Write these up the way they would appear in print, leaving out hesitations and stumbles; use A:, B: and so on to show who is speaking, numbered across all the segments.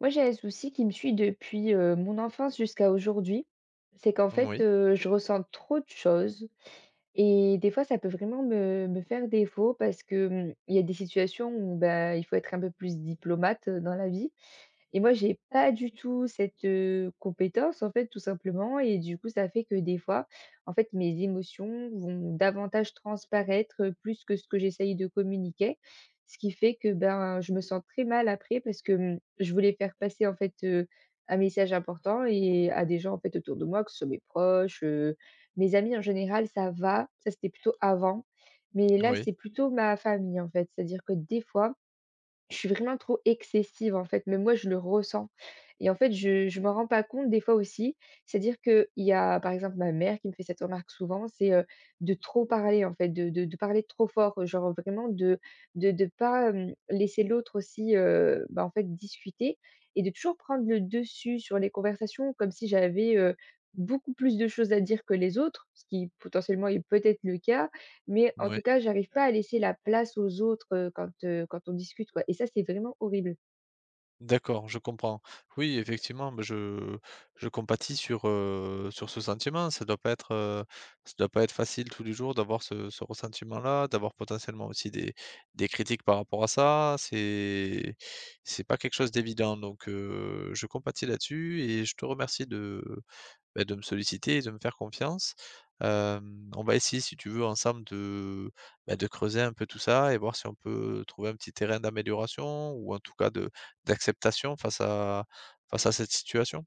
A: Moi, j'ai un souci qui me suit depuis, mon enfance jusqu'à aujourd'hui. C'est qu'en fait,
B: Oui,
A: je ressens trop de choses et des fois, ça peut vraiment me faire défaut parce que, il y a des situations où, ben, il faut être un peu plus diplomate, dans la vie et moi, j'ai pas du tout cette, compétence, en fait, tout simplement et du coup, ça fait que des fois, en fait, mes émotions vont davantage transparaître, plus que ce que j'essaye de communiquer ce qui fait que, ben, je me sens très mal après parce que, je voulais faire passer, en fait, un message important et à des gens, en fait, autour de moi, que ce soit mes proches, mes amis en général, ça va. Ça, c'était plutôt avant. Mais là,
B: oui,
A: c'est plutôt ma famille, en fait. C'est-à-dire que des fois je suis vraiment trop excessive, en fait, mais moi, je le ressens et en fait, je m'en rends pas compte des fois aussi. C'est-à-dire que il y a, par exemple, ma mère qui me fait cette remarque souvent, c'est, de trop parler, en fait, de parler trop fort, genre vraiment de de pas, laisser l'autre aussi, bah, en fait, discuter et de toujours prendre le dessus sur les conversations comme si j'avais, beaucoup plus de choses à dire que les autres, ce qui potentiellement est peut-être le cas mais en
B: oui.
A: tout cas, j'arrive pas à laisser la place aux autres, quand, quand on discute, quoi et ça, c'est vraiment horrible.
B: D'accord, je comprends. Oui, effectivement, bah, je compatis sur, sur ce sentiment. Ça doit pas être, ça doit pas être facile tous les jours d'avoir ce ressentiment-là, d'avoir potentiellement aussi des critiques par rapport à ça. C'est pas quelque chose d'évident donc je compatis là-dessus et je te remercie de Beh, de me solliciter et de me faire confiance. On va essayer, si tu veux, ensemble de, bah, de creuser un peu tout ça et voir si on peut trouver un petit terrain d'amélioration ou en tout cas de d'acceptation face à cette situation.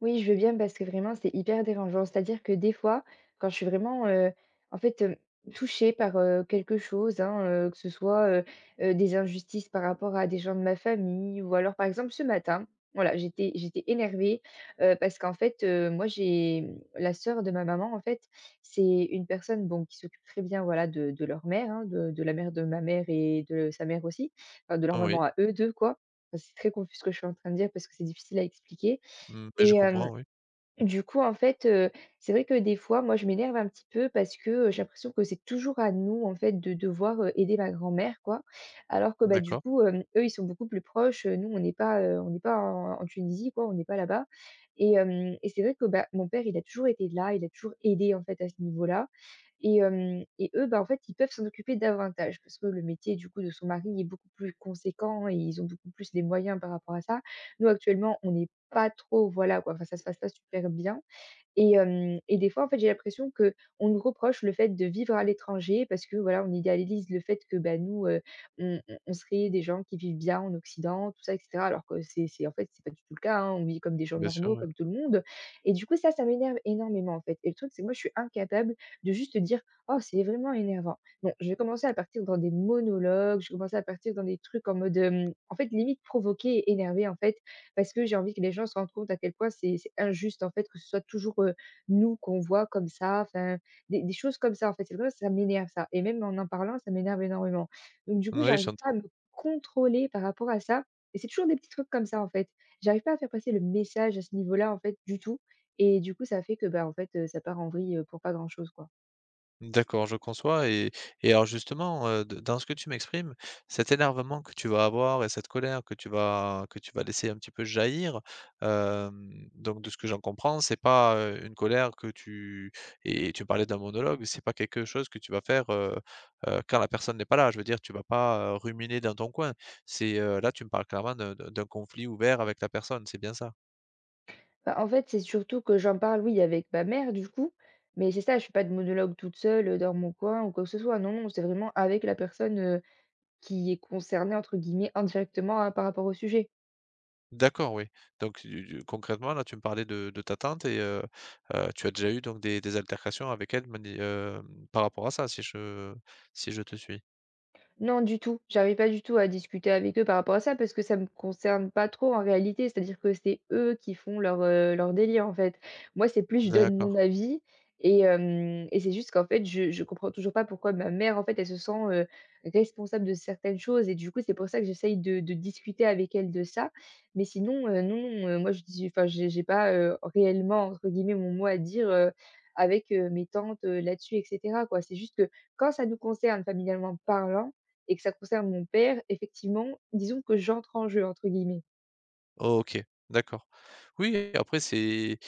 A: Oui, je veux bien parce que vraiment, c'est hyper dérangeant. C'est-à-dire que des fois, quand je suis vraiment, en fait, touchée par, quelque chose, hein, que ce soit, des injustices par rapport à des gens de ma famille ou alors, par exemple, ce matin, voilà, j'étais énervée, parce qu'en fait, moi, j'ai, la sœur de ma maman, en fait, c'est une personne, bon, qui s'occupe très bien, voilà, de leur mère, hein, de la mère de ma mère et de sa mère aussi, enfin, de leur maman
B: Oui,
A: à eux 2 quoi. Enfin, c'est très confus ce que je suis en train de dire parce que c'est difficile à expliquer
B: mmh, mais
A: et
B: je
A: hem
B: comprends, oui.
A: du coup, en fait, c'est vrai que des fois, moi, je m'énerve un petit peu parce que, j'ai l'impression que c'est toujours à nous, en fait, de devoir, aider ma grand-mère, quoi. Alors que, bah, du
B: D'accord,
A: coup, eux, ils sont beaucoup plus proches, nous, on n'est pas en Tunisie, quoi, on n'est pas là-bas et c'est vrai que, bah, mon père, il a toujours été là, il a toujours aidé, en fait, à ce niveau-là et eux, bah, en fait, ils peuvent s'en occuper davantage parce que le métier, du coup, de son mari est beaucoup plus conséquent et ils ont beaucoup plus les moyens par rapport à ça. Nous, actuellement, on est pas trop, voilà quoi, enfin ça se passe pas super bien et des fois en fait j'ai l'impression que on nous reproche le fait de vivre à l'étranger parce que voilà, on idéalise le fait que, bah, nous, on serait des gens qui vivent bien en occident, tout ça et cetera. Alors que c'est en fait, c'est pas du tout le cas, hein, on vit comme des gens
B: bien sûr,
A: normaux,
B: oui.
A: comme tout le monde et du coup ça, ça m'énerve énormément en fait et le truc c'est que moi je suis incapable de juste dire: «Oh c'est vraiment énervant». Non, je vais commencer à partir dans des monologues, je vais commencer à partir dans des trucs en mode, en fait limite provoquer et énerver en fait parce que j'ai envie que les gens se rendent compte à quel point c'est injuste, en fait, que ce soit toujours, nous qu'on voit comme ça, enfin, des choses comme ça, en fait. C'est vrai, ça m'énerve ça et même en parlant, ça m'énerve énormément. Donc du coup,
B: Oui,
A: j'arrive pas à
B: j'entends.
A: me contrôler par rapport à ça et c'est toujours des petits trucs comme ça, en fait. J'arrive pas à faire passer le message à ce niveau-là, en fait, du tout et du coup, ça fait que, bah, en fait, ça part en vrille, pour pas grand-chose, quoi.
B: D'accord, je conçois et alors justement, d dans ce que tu m'exprimes, cet énervement que tu vas avoir et cette colère que tu vas laisser un petit peu jaillir, donc de ce que j'en comprends, c'est pas, une colère que tu et tu parlais d'un monologue, c'est pas quelque chose que tu vas faire, quand la personne n'est pas là. Je veux dire, tu vas pas, ruminer dans ton coin. C'est, là, tu me parles clairement d'un conflit ouvert avec la personne, c'est bien ça?
A: Bah, en fait, c'est surtout que j'en parle, oui, avec ma mère, du coup, mais c'est ça, je ne fais pas de monologue toute seule, dans mon coin ou quoi que ce soit. Non, non, c'est vraiment avec la personne, qui est concerné entre guillemets «indirectement» hein, par rapport au sujet.
B: D'accord, oui. Donc du concrètement, là, tu me parlais de ta tante et tu as déjà eu donc des altercations avec elle par rapport à ça, si je te suis?
A: Non, du tout. J'arrivais pas du tout à discuter avec eux par rapport à ça parce que ça me concerne pas trop en réalité. C'est-à-dire que c'est eux qui font leur, leur délire en fait. Moi, c'est plus je donne
B: D'accord.
A: mon avis et c'est juste qu'en fait, je comprends toujours pas pourquoi ma mère, en fait, elle se sent, responsable de certaines choses et du coup, c'est pour ça que j'essaye de discuter avec elle de ça. Mais sinon, non, non, moi, je dis enfin, j'ai pas, «réellement» entre guillemets mon mot à dire, avec, mes tantes, là-dessus et cetera quoi. C'est juste que quand ça nous concerne familialement parlant, et que ça concerne mon père, effectivement, disons que «j'entre en jeu» entre guillemets.
B: Oh, OK, d'accord. Oui, après c'est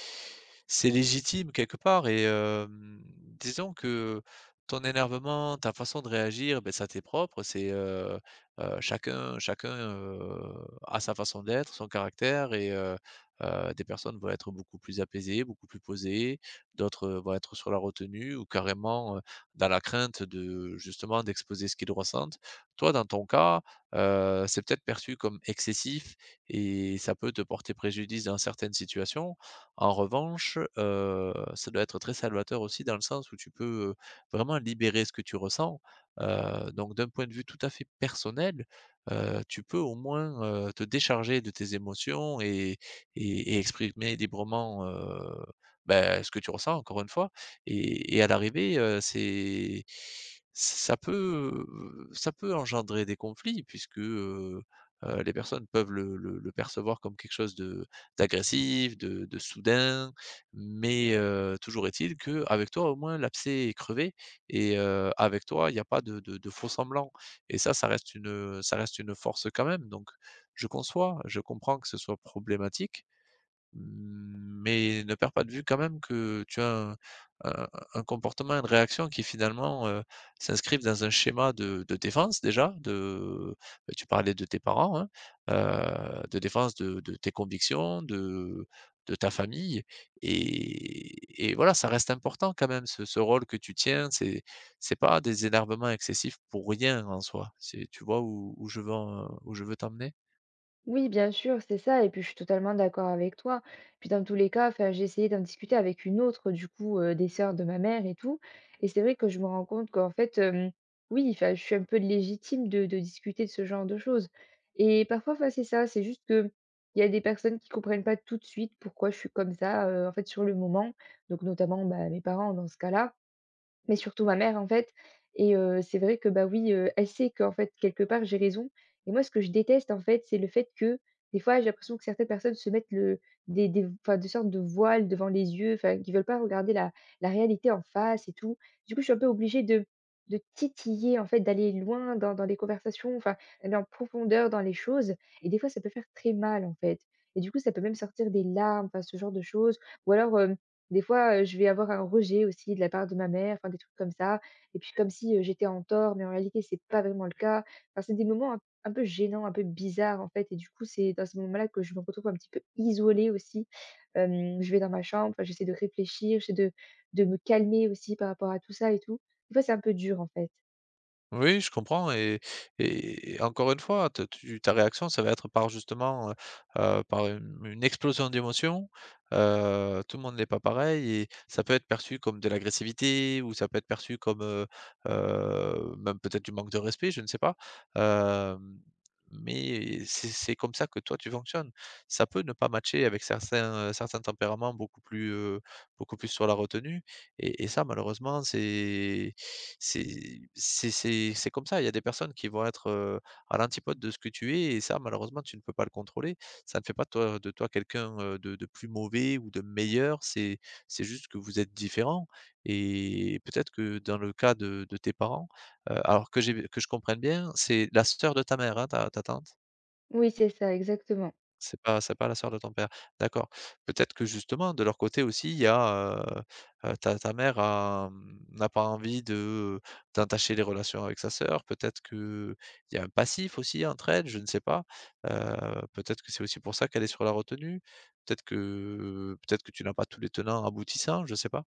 B: c'est légitime quelque part et hem, disons que ton énervement, ta façon de réagir, ben ça t'est propre, c'est, chacun, a sa façon d'être, son caractère et des personnes vont être beaucoup plus apaisées, beaucoup plus posées, d'autres, vont être sur la retenue ou carrément, dans la crainte de justement d'exposer ce qu'ils ressentent. Toi, dans ton cas, c'est peut-être perçu comme excessif et ça peut te porter préjudice dans certaines situations. En revanche, ça doit être très salvateur aussi dans le sens où tu peux, vraiment libérer ce que tu ressens. Donc d'un point de vue tout à fait personnel, tu peux au moins, te décharger de tes émotions et et exprimer librement, bah, ce que tu ressens encore une fois et à l'arrivée, ça peut, ça peut engendrer des conflits puisque, les personnes peuvent le percevoir comme quelque chose de d'agressif, de soudain, mais toujours est-il qu'avec toi, au moins, l'abcès est crevé et avec toi, il n'y a pas de de faux semblant et ça, ça reste une force quand même donc je conçois, je comprends que ce soit problématique. Mmh, mais ne perds pas de vue quand même que tu as un un un comportement, une réaction qui finalement, s'inscrivent dans un schéma de défense déjà, de bah, tu parlais de tes parents, hein, de défense de tes convictions, de ta famille et voilà, ça reste important quand même ce rôle que tu tiens. C'est pas des énervements excessifs pour rien en soi. C'est tu vois où je veux t'emmener?
A: Oui, bien sûr, c'est ça et puis je suis totalement d'accord avec toi. Puis dans tous les cas, enfin, j'ai essayé d'en discuter avec une autre du coup, des sœurs de ma mère et tout et c'est vrai que je me rends compte qu'en fait, oui, enfin, je suis un peu légitime de discuter de ce genre de choses et parfois, enfin, c'est ça, c'est juste que il y a des personnes qui comprennent pas tout de suite pourquoi je suis comme ça, en fait, sur le moment, donc notamment, bah, mes parents dans ce cas-là. Mais surtout ma mère, en fait et c'est vrai que, bah, oui, elle sait qu'en fait, quelque part, j'ai raison et moi, ce que je déteste, en fait, c'est le fait que, des fois, j'ai l'impression que certaines personnes se mettent le des enfin, des sortes de voiles devant les yeux, enfin, qui veulent pas regarder la réalité en face et tout. Du coup, je suis un peu obligée de titiller, en fait, d'aller loin dans les conversations, enfin, d'aller en profondeur dans les choses et des fois, ça peut faire très mal, en fait et du coup, ça peut même sortir des larmes, enfin, ce genre de choses ou alors, hem des fois, je vais avoir un rejet aussi de la part de ma mère, enfin des trucs comme ça et puis comme si, j'étais en tort, mais en réalité c'est pas vraiment le cas. Enfin, c'est des moments un peu gênants, un peu bizarres en fait et du coup, c'est dans ce moment là que je me retrouve un petit peu isolée aussi. Je vais dans ma chambre, enfin j'essaie de réfléchir, j'essaie de me calmer aussi par rapport à tout ça et tout. Des fois, c'est un peu dur en fait.
B: Oui, je comprends et et encore une fois, te tu ta réaction, ça va être par justement, par une explosion d'émotions. Tout le monde n'est pas pareil et ça peut être perçu comme de l'agressivité ou ça peut être perçu comme, même peut-être du manque de respect, je ne sais pas. Hem, mais c'est comme ça que toi tu fonctionnes. Ça peut ne pas matcher avec certains, certains tempéraments beaucoup plus sur la retenue et ça malheureusement c'est c'est comme ça. Il y a des personnes qui vont être, à l'antipode de ce que tu es et ça, malheureusement, tu ne peux pas le contrôler. Ça ne fait pas de toi quelqu'un, de plus mauvais ou de meilleur. C'est juste que vous êtes différents et peut-être que dans le cas de tes parents, alors que j'ai que je comprenne bien, c'est la sœur de ta mère, hein, ta tante?
A: Oui, c'est ça, exactement.
B: C'est pas la sœur de ton père. D'accord. Peut-être que justement de leur côté aussi, il y a, ta mère a, mmh, n'a pas envie de d'entacher les relations avec sa sœur. Peut-être que il y a un passif aussi entre elles, je ne sais pas. Peut-être que c'est aussi pour ça qu'elle est sur la retenue. Peut-être que tu n'as pas tous les tenants aboutissants, je ne sais pas.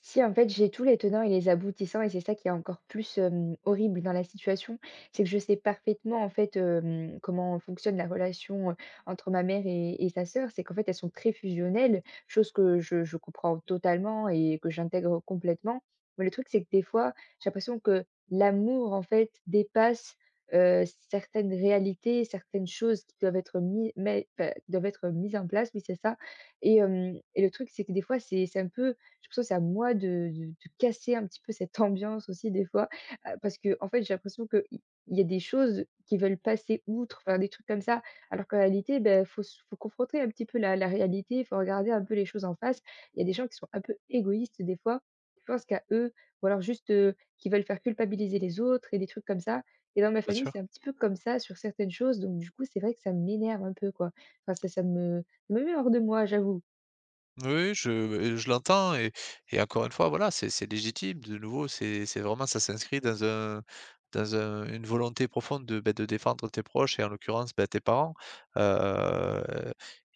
A: Si, en fait, j'ai tous les tenants et les aboutissants et c'est ça qui est encore plus, horrible dans la situation. C'est que je sais parfaitement, en fait, comment fonctionne la relation, entre ma mère et sa sœur. C'est qu'en fait, elles sont très fusionnelles, chose que je comprends totalement et que j'intègre complètement. Mais le truc, c'est que des fois, j'ai l'impression que l'amour, en fait, dépasse, heu, certaines réalités, certaines choses qui doivent être mis mais enfin, qui doivent être mises en place, oui, c'est ça et le truc, c'est que des fois, c'est un peu je pense que c'est à moi de casser un petit peu cette ambiance aussi des fois, parce que en fait, j'ai l'impression que il y a des choses qui veulent passer outre, faire des trucs comme ça, alors qu'en réalité, ben faut confronter un petit peu la réalité, il faut regarder un peu les choses en face. Il y a des gens qui sont un peu égoïstes des fois, qui pensent qu'à eux ou alors juste, qui veulent faire culpabiliser les autres et des trucs comme ça et dans ma
B: Bien
A: famille, c'est
B: sûr.
A: un petit peu comme ça sur certaines choses donc du coup, c'est vrai que ça m'énerve un peu quoi. Enfin ça me met hors de moi, j'avoue.
B: Oui, je l'entends et encore une fois, voilà, c'est légitime. De nouveau, c'est vraiment ça s'inscrit dans un une volonté profonde de, beh, de défendre tes proches et en l'occurrence, bah, tes parents. Heu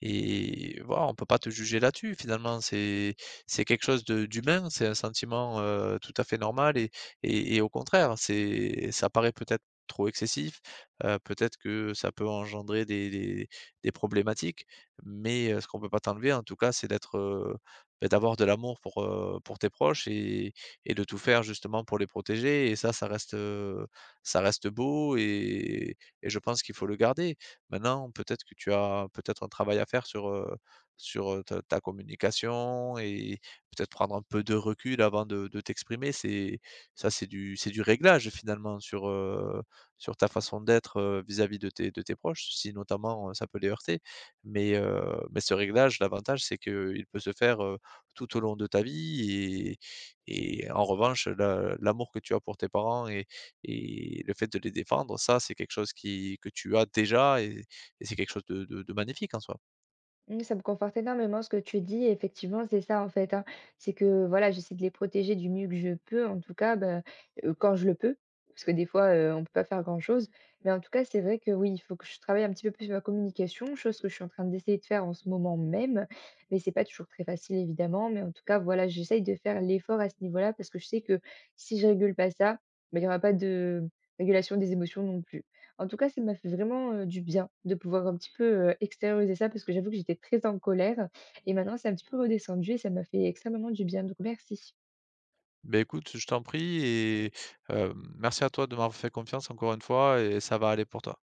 B: et voilà, on peut pas te juger là-dessus finalement. C'est quelque chose de d'humain, c'est un sentiment, tout à fait normal et et au contraire, c'est ça paraît peut-être trop excessif, peut-être que ça peut engendrer des des problématiques mais ce qu'on peut pas t'enlever en tout cas, c'est d'être, beh, d'avoir de l'amour pour tes proches et de tout faire justement pour les protéger et ça, ça reste beau et je pense qu'il faut le garder. Maintenant, peut-être que tu as peut-être un travail à faire sur, sur, ta communication et peut-être prendre un peu de recul avant de t'exprimer. C'est du réglage finalement sur, sur ta façon d'être, vis-à-vis de tes proches, si notamment, ça peut les heurter. Mais ce réglage, l'avantage, c'est qu'il peut se faire, tout au long de ta vie et en revanche, la l'amour que tu as pour tes parents et le fait de les défendre, ça, c'est quelque chose qui que tu as déjà et c'est quelque chose de de magnifique en soi.
A: Mmh, ça me conforte énormément ce que tu dis et effectivement, c'est ça en fait, hein. C'est que voilà, j'essaie de les protéger du mieux que je peux, en tout cas, bah, quand je le peux, parce que des fois, on ne peut pas faire grand-chose. Mais en tout cas, c'est vrai que oui, il faut que je travaille un petit peu plus sur ma communication, chose que je suis en train d'essayer de faire en ce moment même. Mais c'est pas toujours très facile évidemment, mais en tout cas, voilà, j'essaye de faire l'effort à ce niveau-là parce que je sais que si je régule pas ça, bah, il n'y aura pas de régulation des émotions non plus. En tout cas, ça m'a fait vraiment, du bien de pouvoir un petit peu, extérioriser ça parce que j'avoue que j'étais très en colère et maintenant c'est un petit peu redescendu et ça m'a fait extrêmement du bien, donc merci.
B: Beh, écoute, je t'en prie et merci à toi de m'avoir fait confiance encore une fois et ça va aller pour toi.